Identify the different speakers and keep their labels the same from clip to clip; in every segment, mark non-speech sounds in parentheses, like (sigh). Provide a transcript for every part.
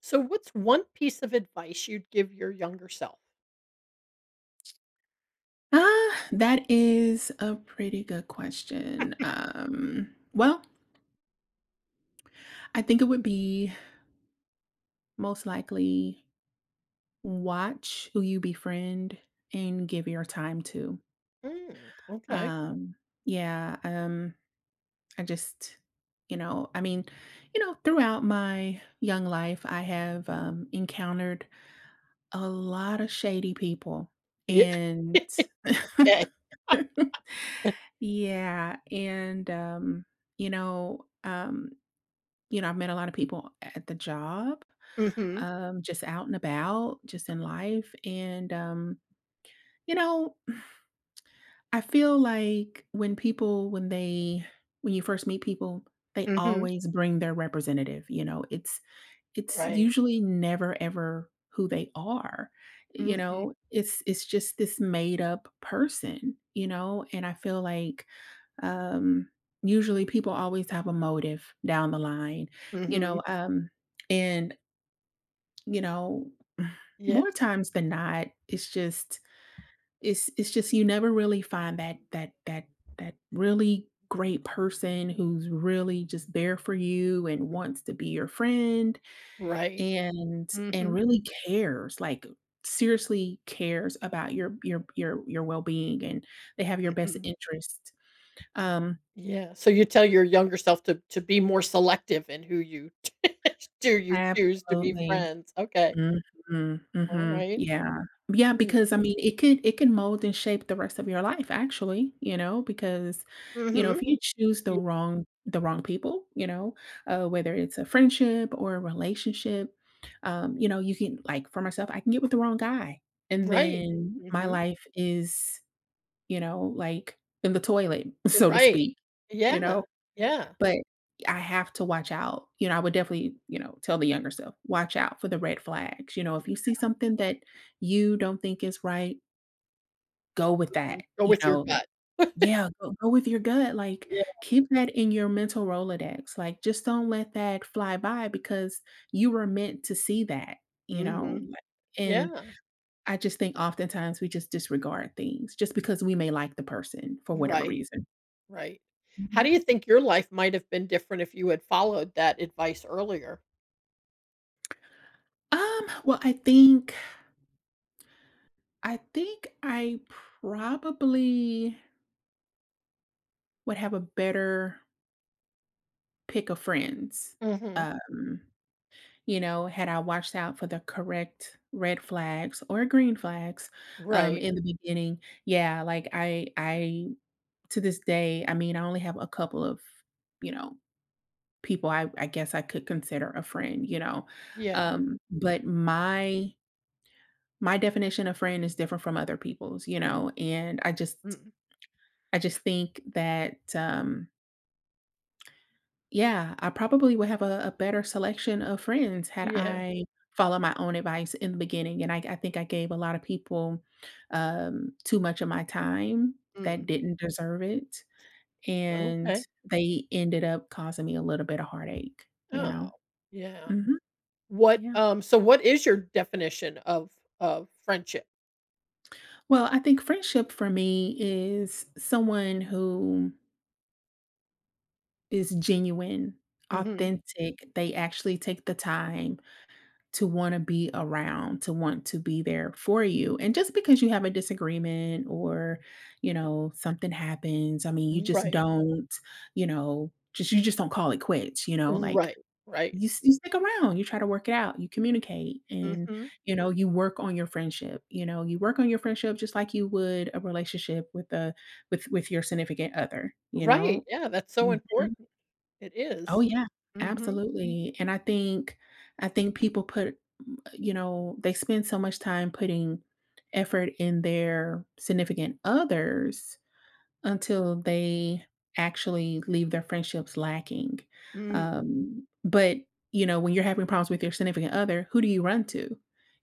Speaker 1: So, what's one piece of advice you'd give your younger self?
Speaker 2: Ah, that is a pretty good question. Well, I think it would be most likely watch who you befriend and give your time to.
Speaker 1: Mm, okay.
Speaker 2: Um, yeah, I just, I mean, throughout my young life, I have encountered a lot of shady people.
Speaker 1: Yeah. (laughs)
Speaker 2: And
Speaker 1: Okay. (laughs)
Speaker 2: (laughs) yeah, and you know, um, I've met a lot of people at the job,
Speaker 1: Mhm.
Speaker 2: just out and about, just in life, and, you know, I feel like when you first meet people, they
Speaker 1: Mhm.
Speaker 2: always bring their representative, you know? It's
Speaker 1: Right.
Speaker 2: usually never ever who they are, you
Speaker 1: Mhm.
Speaker 2: know? It's just this made up person, you know? And I feel like, um, usually people always have a motive down the line, you
Speaker 1: Mhm.
Speaker 2: know? And You know,
Speaker 1: Yeah.
Speaker 2: more times than not, it's just you never really find that really great person who's really just there for you and wants to be your friend
Speaker 1: Right.
Speaker 2: and
Speaker 1: Mhm.
Speaker 2: really cares, like seriously cares about your well-being and they have your best
Speaker 1: Mhm.
Speaker 2: interest. Um,
Speaker 1: Yeah. So you tell your younger self to be more selective in who you (laughs) do you choose to be
Speaker 2: Absolutely.
Speaker 1: friends. Okay.
Speaker 2: Mhm,
Speaker 1: All
Speaker 2: mhm,
Speaker 1: right.
Speaker 2: yeah. Yeah,
Speaker 1: Mm.
Speaker 2: because I mean, it can mold and shape the rest of your life actually, you know, because,
Speaker 1: Mhm.
Speaker 2: if you choose the
Speaker 1: Ye-
Speaker 2: wrong the wrong people, you know, whether it's a friendship or a relationship, you know, you can, like for myself, I can get with the wrong guy, and
Speaker 1: Right.
Speaker 2: then my
Speaker 1: Hmm.
Speaker 2: life is, you know, like in the toilet, (laughs) so to
Speaker 1: Right.
Speaker 2: speak, you
Speaker 1: Yeah.
Speaker 2: know?
Speaker 1: Yeah.
Speaker 2: But I have to watch out. I would definitely, you know, tell the younger self, watch out for the red flags. You know, if you see something that you don't think is right, go with
Speaker 1: Mhm.
Speaker 2: that.
Speaker 1: Go with your gut. (laughs)
Speaker 2: Yeah, go with your gut. Like,
Speaker 1: Yeah.
Speaker 2: keep that in your mental Rolodex. Like, just don't let that fly by because you were meant to see that, you know.
Speaker 1: Mhm.
Speaker 2: And
Speaker 1: Yeah.
Speaker 2: I just think oftentimes we just disregard things just because we may like the person for whatever
Speaker 1: Right,
Speaker 2: reason.
Speaker 1: right. How
Speaker 2: Mhm.
Speaker 1: do you think your life might have been different if you had followed that advice earlier?
Speaker 2: Well, I think I probably would have a better pick of friends.
Speaker 1: Mhm.
Speaker 2: Um, you know, had I watched out for the correct red flags or green flags
Speaker 1: Right.
Speaker 2: in the beginning. Yeah, like I to this day, I mean, I only have a couple of, you know, people I guess I could consider a friend, you know.
Speaker 1: Yeah.
Speaker 2: But my definition of friend is different from other people's, you know, and I just
Speaker 1: Mm.
Speaker 2: I just think that, yeah, I probably would have a better selection of friends had
Speaker 1: Yeah.
Speaker 2: I followed my own advice in the beginning, and I think I gave a lot of people, too much of my time that
Speaker 1: Mm.
Speaker 2: didn't deserve it, and
Speaker 1: Okay.
Speaker 2: they ended up causing me a little bit of heartache, you
Speaker 1: Oh,
Speaker 2: know?
Speaker 1: yeah.
Speaker 2: Mhm.
Speaker 1: What,
Speaker 2: Yeah.
Speaker 1: um so what is your definition of friendship?
Speaker 2: Well, I think friendship for me is someone who is genuine,
Speaker 1: Mhm.
Speaker 2: authentic. They actually take the time to want to be around, to want to be there for you. And just because you have a disagreement or, you know, something happens, I mean, you just
Speaker 1: Right.
Speaker 2: don't, you know, just you just don't call it quits, you know, like
Speaker 1: Right, right.
Speaker 2: you stick around, you try to work it out, you communicate and,
Speaker 1: Mhm.
Speaker 2: you know, you work on your friendship just like you would a relationship with with your significant other, you
Speaker 1: Right,
Speaker 2: know?
Speaker 1: yeah, that's so
Speaker 2: Mhm.
Speaker 1: important. It
Speaker 2: Oh
Speaker 1: is.
Speaker 2: yeah,
Speaker 1: Mhm.
Speaker 2: absolutely. And I think people they spend so much time putting effort in their significant others until they actually leave their friendships lacking.
Speaker 1: Mm.
Speaker 2: But, you know, when you're having problems with your significant other, who do you run to?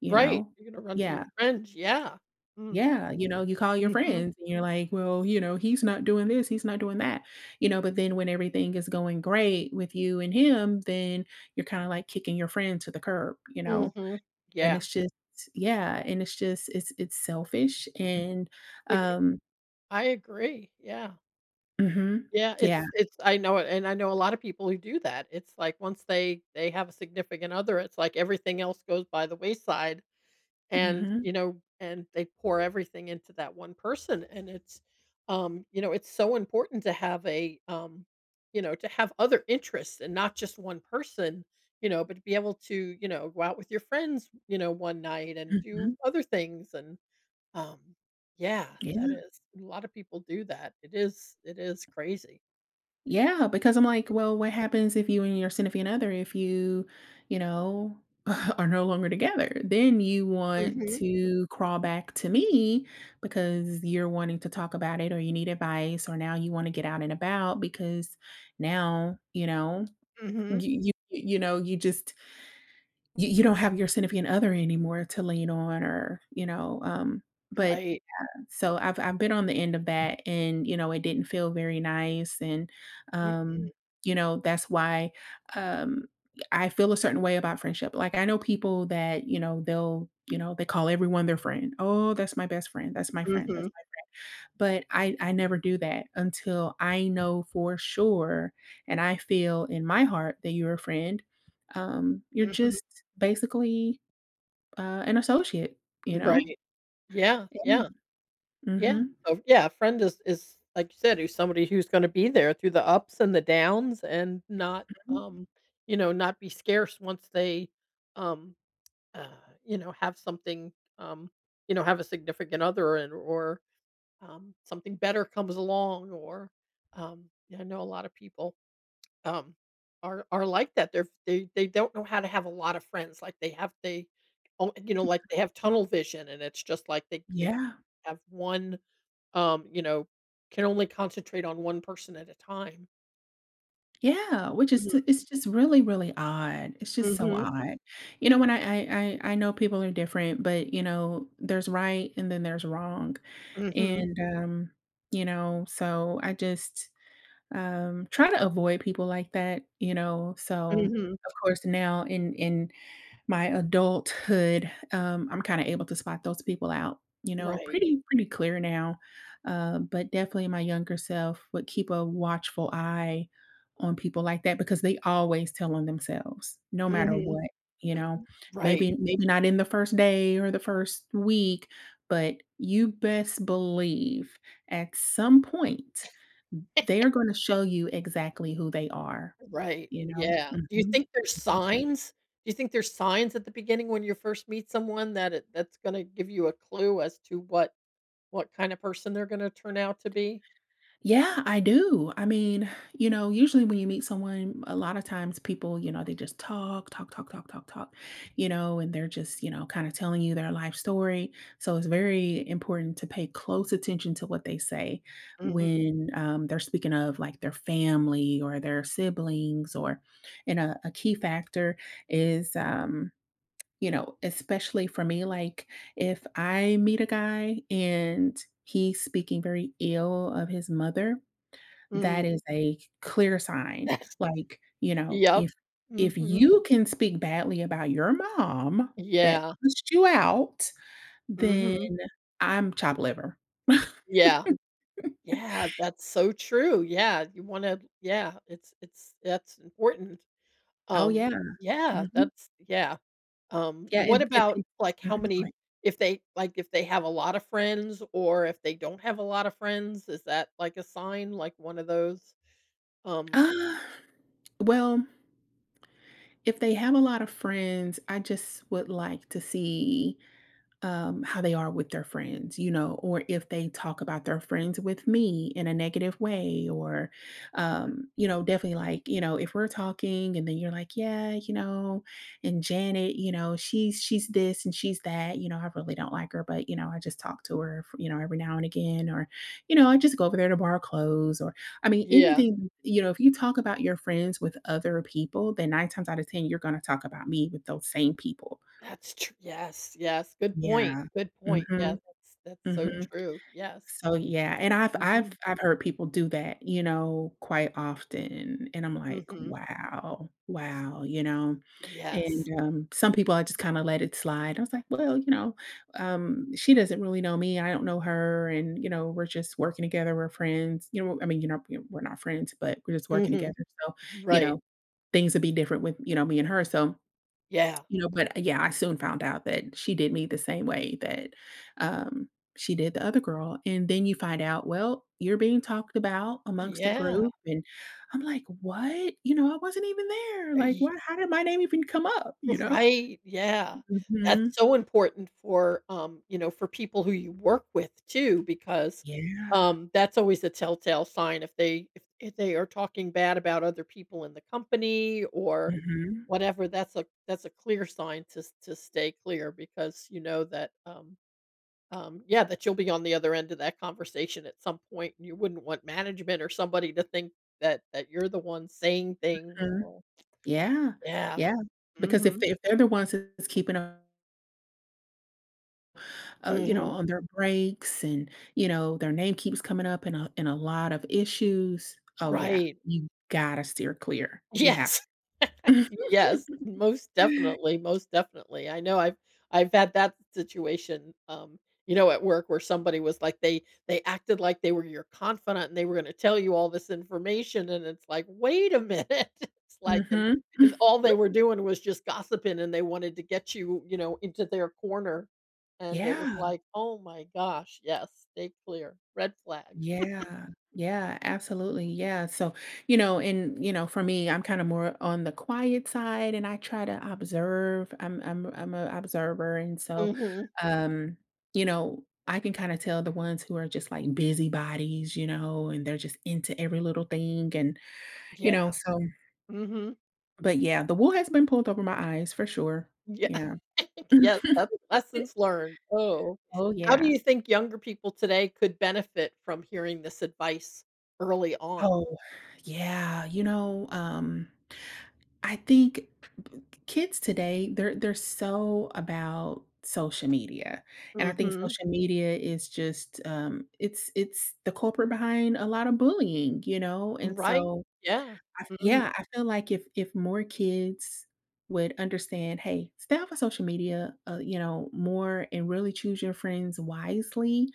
Speaker 2: You
Speaker 1: Right,
Speaker 2: know?
Speaker 1: you're gonna run to
Speaker 2: Yeah.
Speaker 1: your friends, yeah. Mm.
Speaker 2: Yeah. You know, you call your
Speaker 1: Mhm.
Speaker 2: friends and you're like, well, you know, he's not doing this, he's not doing that. You know, but then when everything is going great with you and him, then you're kind of like kicking your friend to the curb, you know?
Speaker 1: Mhm.
Speaker 2: And
Speaker 1: Yeah.
Speaker 2: it's just, yeah, and it's just it's selfish and,
Speaker 1: It
Speaker 2: um
Speaker 1: I agree. Yeah.
Speaker 2: mhm,
Speaker 1: Yeah,
Speaker 2: yeah,
Speaker 1: it's I know it, and I know a lot of people who do that. It's like once they have a significant other, it's like everything else goes by the wayside and,
Speaker 2: mhm,
Speaker 1: you know, and they pour everything into that one person and it's you know, it's so important to have a you know, to have other interests and not just one person, you know, but to be able to, you know, go out with your friends, you know, one night and do
Speaker 2: mhm,
Speaker 1: other things and Um, yeah, that
Speaker 2: yeah,
Speaker 1: is a lot of people do that. It is crazy.
Speaker 2: yeah, because I'm like, well, what happens if you and your significant other, if you, you know, (laughs) are no longer together? Then you want
Speaker 1: Mhm,
Speaker 2: to crawl back to me because you're wanting to talk about it or you need advice or now you wanna get out and about because now, you know,
Speaker 1: mhm.
Speaker 2: you know, you don't have your significant other anymore to lean on or, you know, but
Speaker 1: Right.
Speaker 2: so I've been on the end of that and, you know, it didn't feel very nice and,
Speaker 1: Mm,
Speaker 2: um, you know, that's why, um, I feel a certain way about friendship. Like, I know people that, you know, they call everyone their friend. "Oh, that's my best friend. That's my friend. That's
Speaker 1: mhm,
Speaker 2: my—" But I never do that until I know for sure and I feel in my heart that you're a friend. You're
Speaker 1: mhm.
Speaker 2: just basically an associate, you know?
Speaker 1: Right. Yeah,
Speaker 2: And
Speaker 1: yeah, yeah.
Speaker 2: mhm,
Speaker 1: So, yeah, a friend is, like you said, who's somebody who's gonna be there through the ups and the downs and not,
Speaker 2: mhm.
Speaker 1: um, you know, not be scarce once they, um, uh, you know, have something, you know, have a significant other and or something better comes along or yeah, I know a lot of people um, are like that. They're they don't know how to have a lot of friends. Like they have they, oh, you know, like they have tunnel vision, and it's just like they
Speaker 2: Yeah,
Speaker 1: have one, you know, can only concentrate on one person at a time.
Speaker 2: yeah, which is
Speaker 1: Mhm,
Speaker 2: t it's just really, really odd. It's just so
Speaker 1: mhm,
Speaker 2: odd. You know, when I know people are different, but, you know, there's right and then there's wrong.
Speaker 1: mhm,
Speaker 2: And, you know, so I just, try to avoid people like that, you know? So,
Speaker 1: mhm.
Speaker 2: of course, now in my adulthood, I'm kinda able to spot those people out, you know,
Speaker 1: Right.
Speaker 2: pretty clear now. But definitely my younger self would keep a watchful eye on people like that because they always tell on themselves no matter
Speaker 1: Mhm.
Speaker 2: what, you know?
Speaker 1: Right.
Speaker 2: Maybe not in the first day or the first week, but you best believe at some point, they are gonna show you exactly who they are,
Speaker 1: Right,
Speaker 2: you know?
Speaker 1: yeah. Do you
Speaker 2: Mhm.
Speaker 1: think there's
Speaker 2: Mhm.
Speaker 1: signs? Do you think there's signs at the beginning when you first meet someone that's gonna give you a clue as to what kinda person they're gonna turn out to be?
Speaker 2: Yeah, I do. I mean, you know, usually when you meet someone, a lot of times people, you know, they just talk, talk, talk, talk, talk, talk, you know, and they're just, you know, kind of telling you their life story. So it's very important to pay close attention to what they say
Speaker 1: Mhm,
Speaker 2: when they're speaking of like their family or their siblings, or, and a key factor is, you know, especially for me, like if I meet a guy and he's speaking very ill of his mother, that
Speaker 1: mm.
Speaker 2: is a clear sign,
Speaker 1: (laughs) Yes.
Speaker 2: like, you know,
Speaker 1: Yep.
Speaker 2: if
Speaker 1: Mhm.
Speaker 2: you can speak badly about your mom that
Speaker 1: Yeah.
Speaker 2: pushed you out, then
Speaker 1: Mhm.
Speaker 2: I'm chopped liver. (laughs)
Speaker 1: Yeah. Yeah, that's so true, yeah, you wanna yeah, it's that's important.
Speaker 2: Oh,
Speaker 1: Um,
Speaker 2: yeah.
Speaker 1: yeah,
Speaker 2: Mhm.
Speaker 1: that's yeah.
Speaker 2: Yeah,
Speaker 1: What about,
Speaker 2: and
Speaker 1: like, how
Speaker 2: mhm, go
Speaker 1: many
Speaker 2: ahead.
Speaker 1: if they like, if they have a lot of friends or if they don't have a lot of friends, is that, like, a sign, like, one of those? Um,
Speaker 2: Ah, well, if they have a lot of friends, I just would like to see how they are with their friends, you know, or if they talk about their friends with me in a negative way, or, you know, definitely, like, you know, if we're talking and then you're like, yeah, you know, and Janet, you know, she's this and she's that, you know, I really don't like her, but, you know, I just talk to her, you know, every now and again, or, you know, I just go over there to borrow clothes, or, I mean,
Speaker 1: yeah,
Speaker 2: anything, you know, if you talk about your friends with other people, then nine times out of 10, you're going to talk about me with those same people.
Speaker 1: that's true. Yes, yes,
Speaker 2: Yeah.
Speaker 1: good point,
Speaker 2: Hmm.
Speaker 1: yeah, that's so
Speaker 2: Mhm.
Speaker 1: true, yes.
Speaker 2: So, yeah, and I've I've
Speaker 1: Mhm,
Speaker 2: I've heard people do that, you know, quite often, and I'm like,
Speaker 1: mhm,
Speaker 2: "Wow, wow," you know? And,
Speaker 1: yes.
Speaker 2: some people, I just kinda let it slide. I was like, "Well, you know, she doesn't really know me, I don't know her, and, you know, we're just working together, we're friends." You know, I mean, you know, we're not friends, but we're just working
Speaker 1: Mhm,
Speaker 2: together, so, you
Speaker 1: right,
Speaker 2: know, things would be different with, you know, me and her, so
Speaker 1: yeah,
Speaker 2: you know, but, yeah, I soon found out that she did me the same way that, um, she did the other girl, and then you find out, well, you're being talked about amongst the
Speaker 1: yeah,
Speaker 2: group, and I'm like, "What?" You know, I wasn't even there, like, "What, how did my name even come up?" You know?
Speaker 1: Right, yeah. That's
Speaker 2: Mhm.
Speaker 1: so important for, you know, for people who you work with too, because,
Speaker 2: Yeah.
Speaker 1: that's always a telltale sign if they if they are talking bad about other people in the company or
Speaker 2: Mhm.
Speaker 1: whatever, that's a clear sign to stay clear because you know that, yeah, that you'll be on the other end of that conversation at some point, and you wouldn't want management or somebody to think that you're the one saying things
Speaker 2: Mhm.
Speaker 1: or
Speaker 2: Yeah.
Speaker 1: Yeah.
Speaker 2: Yeah. Because
Speaker 1: Mhm.
Speaker 2: if they're the ones that's keeping up, you know,
Speaker 1: Mhm.
Speaker 2: on their breaks and, you know, their name keeps coming up in a lot of issues. Oh yeah,
Speaker 1: Right.
Speaker 2: you gotta steer clear. You have to.
Speaker 1: Yes. (laughs) Yes. Most
Speaker 2: (laughs)
Speaker 1: definitely, most definitely. I know I've had that situation, you know, at work where somebody was like they acted like they were your confidant and they were gonna tell you all this information and it's like, "Wait a minute." (laughs) It's like
Speaker 2: Mhm.
Speaker 1: and all they were doing was just gossiping and they wanted to get you, you know, into their corner. And it was
Speaker 2: Yeah.
Speaker 1: like, "Oh my gosh, yes, stay clear. Red flag."
Speaker 2: Yeah. Yeah, absolutely. Yeah. So, you know, and you know, for me, I'm kind of more on the quiet side and I try to observe. I'm a observer and so
Speaker 1: Mhm.
Speaker 2: um, you know, I can kind of tell the ones who are just like busybodies, you know, and they're just into every little thing, and, you know,
Speaker 1: Yeah.
Speaker 2: so
Speaker 1: Mhm.
Speaker 2: but yeah, the wool has been pulled over my eyes for sure.
Speaker 1: Yeah.
Speaker 2: Yeah.
Speaker 1: (laughs) Yes, that's
Speaker 2: (laughs)
Speaker 1: lessons learned. Oh.
Speaker 2: Oh
Speaker 1: How do you
Speaker 2: yeah.
Speaker 1: think younger people today could benefit from hearing this advice early on?
Speaker 2: Oh, yeah. You know, I think kids today, they're so about social media, and I think
Speaker 1: Mhm.
Speaker 2: social media is just, it's the culprit behind a lot of bullying, you know, and
Speaker 1: Right.
Speaker 2: so
Speaker 1: Yeah.
Speaker 2: I
Speaker 1: Mhm.
Speaker 2: yeah, I feel like if more kids would understand, "Hey, stay off of social media, you know, more, and really choose your friends wisely."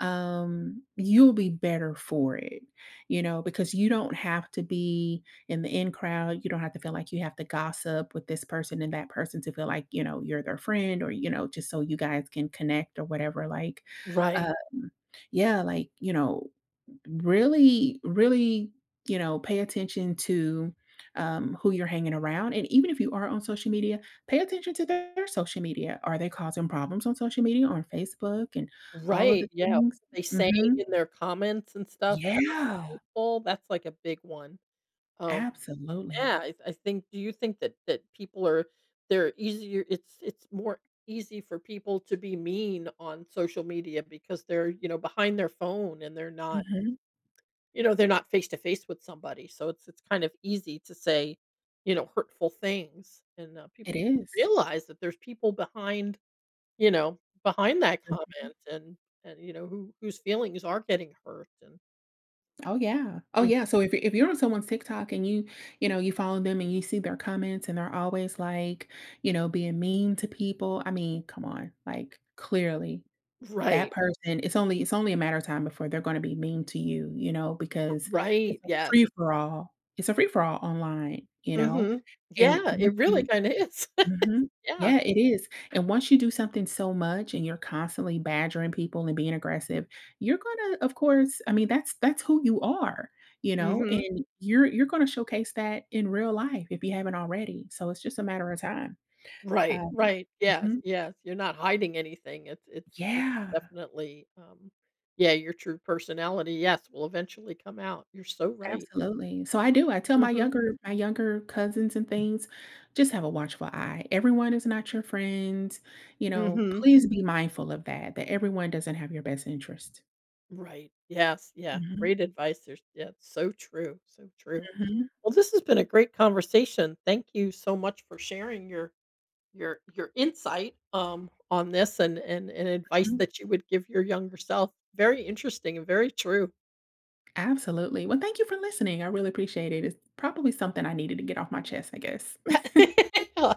Speaker 2: You'll be better for it, you know, because you don't have to be in the in crowd, you don't have to feel like you have to gossip with this person and that person to feel like, you know, you're their friend or, you know, just so you guys can connect or whatever, like,
Speaker 1: Right.
Speaker 2: um, yeah, like, you know, really, really, you know, pay attention to who you're hanging around. And even if you are on social media, pay attention to their social media. Are they causing problems on social media, on Facebook, and all of
Speaker 1: Right,
Speaker 2: the
Speaker 1: yeah. What
Speaker 2: things?
Speaker 1: are they saying
Speaker 2: Hmm.
Speaker 1: in their comments and stuff to other
Speaker 2: Yeah,
Speaker 1: people, that's like a big one. Um,
Speaker 2: absolutely.
Speaker 1: yeah, I think do you think that people are they're easier it's more easy for people to be mean on social media because they're, you know, behind their phone and they're not
Speaker 2: Mhm.
Speaker 1: You know, they're not face to face with somebody, so it's kind of easy to say, you know, hurtful things, and,
Speaker 2: It
Speaker 1: people
Speaker 2: is.
Speaker 1: realize that there's people behind you know, behind that
Speaker 2: Mhm.
Speaker 1: comment and, you know, who whose feelings are getting hurt and
Speaker 2: Oh yeah. Oh
Speaker 1: Mm.
Speaker 2: yeah. So if you're on someone's TikTok and you follow them and you see their comments and they're always like, you know, being mean to people, I mean, come on, like, clearly that
Speaker 1: Right,
Speaker 2: person, it's only a matter of time before they're gonna be mean to you, you know, because
Speaker 1: right,
Speaker 2: it's a
Speaker 1: yes.
Speaker 2: free for all. It's a free for all online, you know,
Speaker 1: Mhm.
Speaker 2: and
Speaker 1: Yeah,
Speaker 2: once
Speaker 1: it really
Speaker 2: you
Speaker 1: kinda is. (laughs)
Speaker 2: Mhm.
Speaker 1: Yeah.
Speaker 2: Yeah, it is, and once you do something so much and you're constantly badgering people and being aggressive, you're gonna, of course, I mean, that's who you are, you know,
Speaker 1: Mhm.
Speaker 2: and you're gonna showcase that in real life if you haven't already, so it's just a matter of time.
Speaker 1: Right,
Speaker 2: Um
Speaker 1: right, yes,
Speaker 2: Mhm.
Speaker 1: yes, you're not hiding anything, it's
Speaker 2: Yeah.
Speaker 1: definitely, yeah, your true personality, yes, will eventually come out. You're so right.
Speaker 2: Absolutely. So I do. I tell my
Speaker 1: Mhm,
Speaker 2: younger my younger cousins and things, just have a watchful eye. Everyone is not your friend. You know,
Speaker 1: mhm.
Speaker 2: please be mindful of that, that everyone doesn't have your best interest.
Speaker 1: Right. Yes, yeah,
Speaker 2: Mhm,
Speaker 1: great advice. There's yeah, it's so true, so true.
Speaker 2: mhm,
Speaker 1: Well, this has been a great conversation. Thank you so much for sharing your insight, on this and and advice
Speaker 2: mhm.
Speaker 1: that you would give your younger self. Very interesting and very true.
Speaker 2: Absolutely. Well, thank you for listening. I really appreciate it. It's probably something I needed to get off my chest, I guess.
Speaker 1: (laughs) I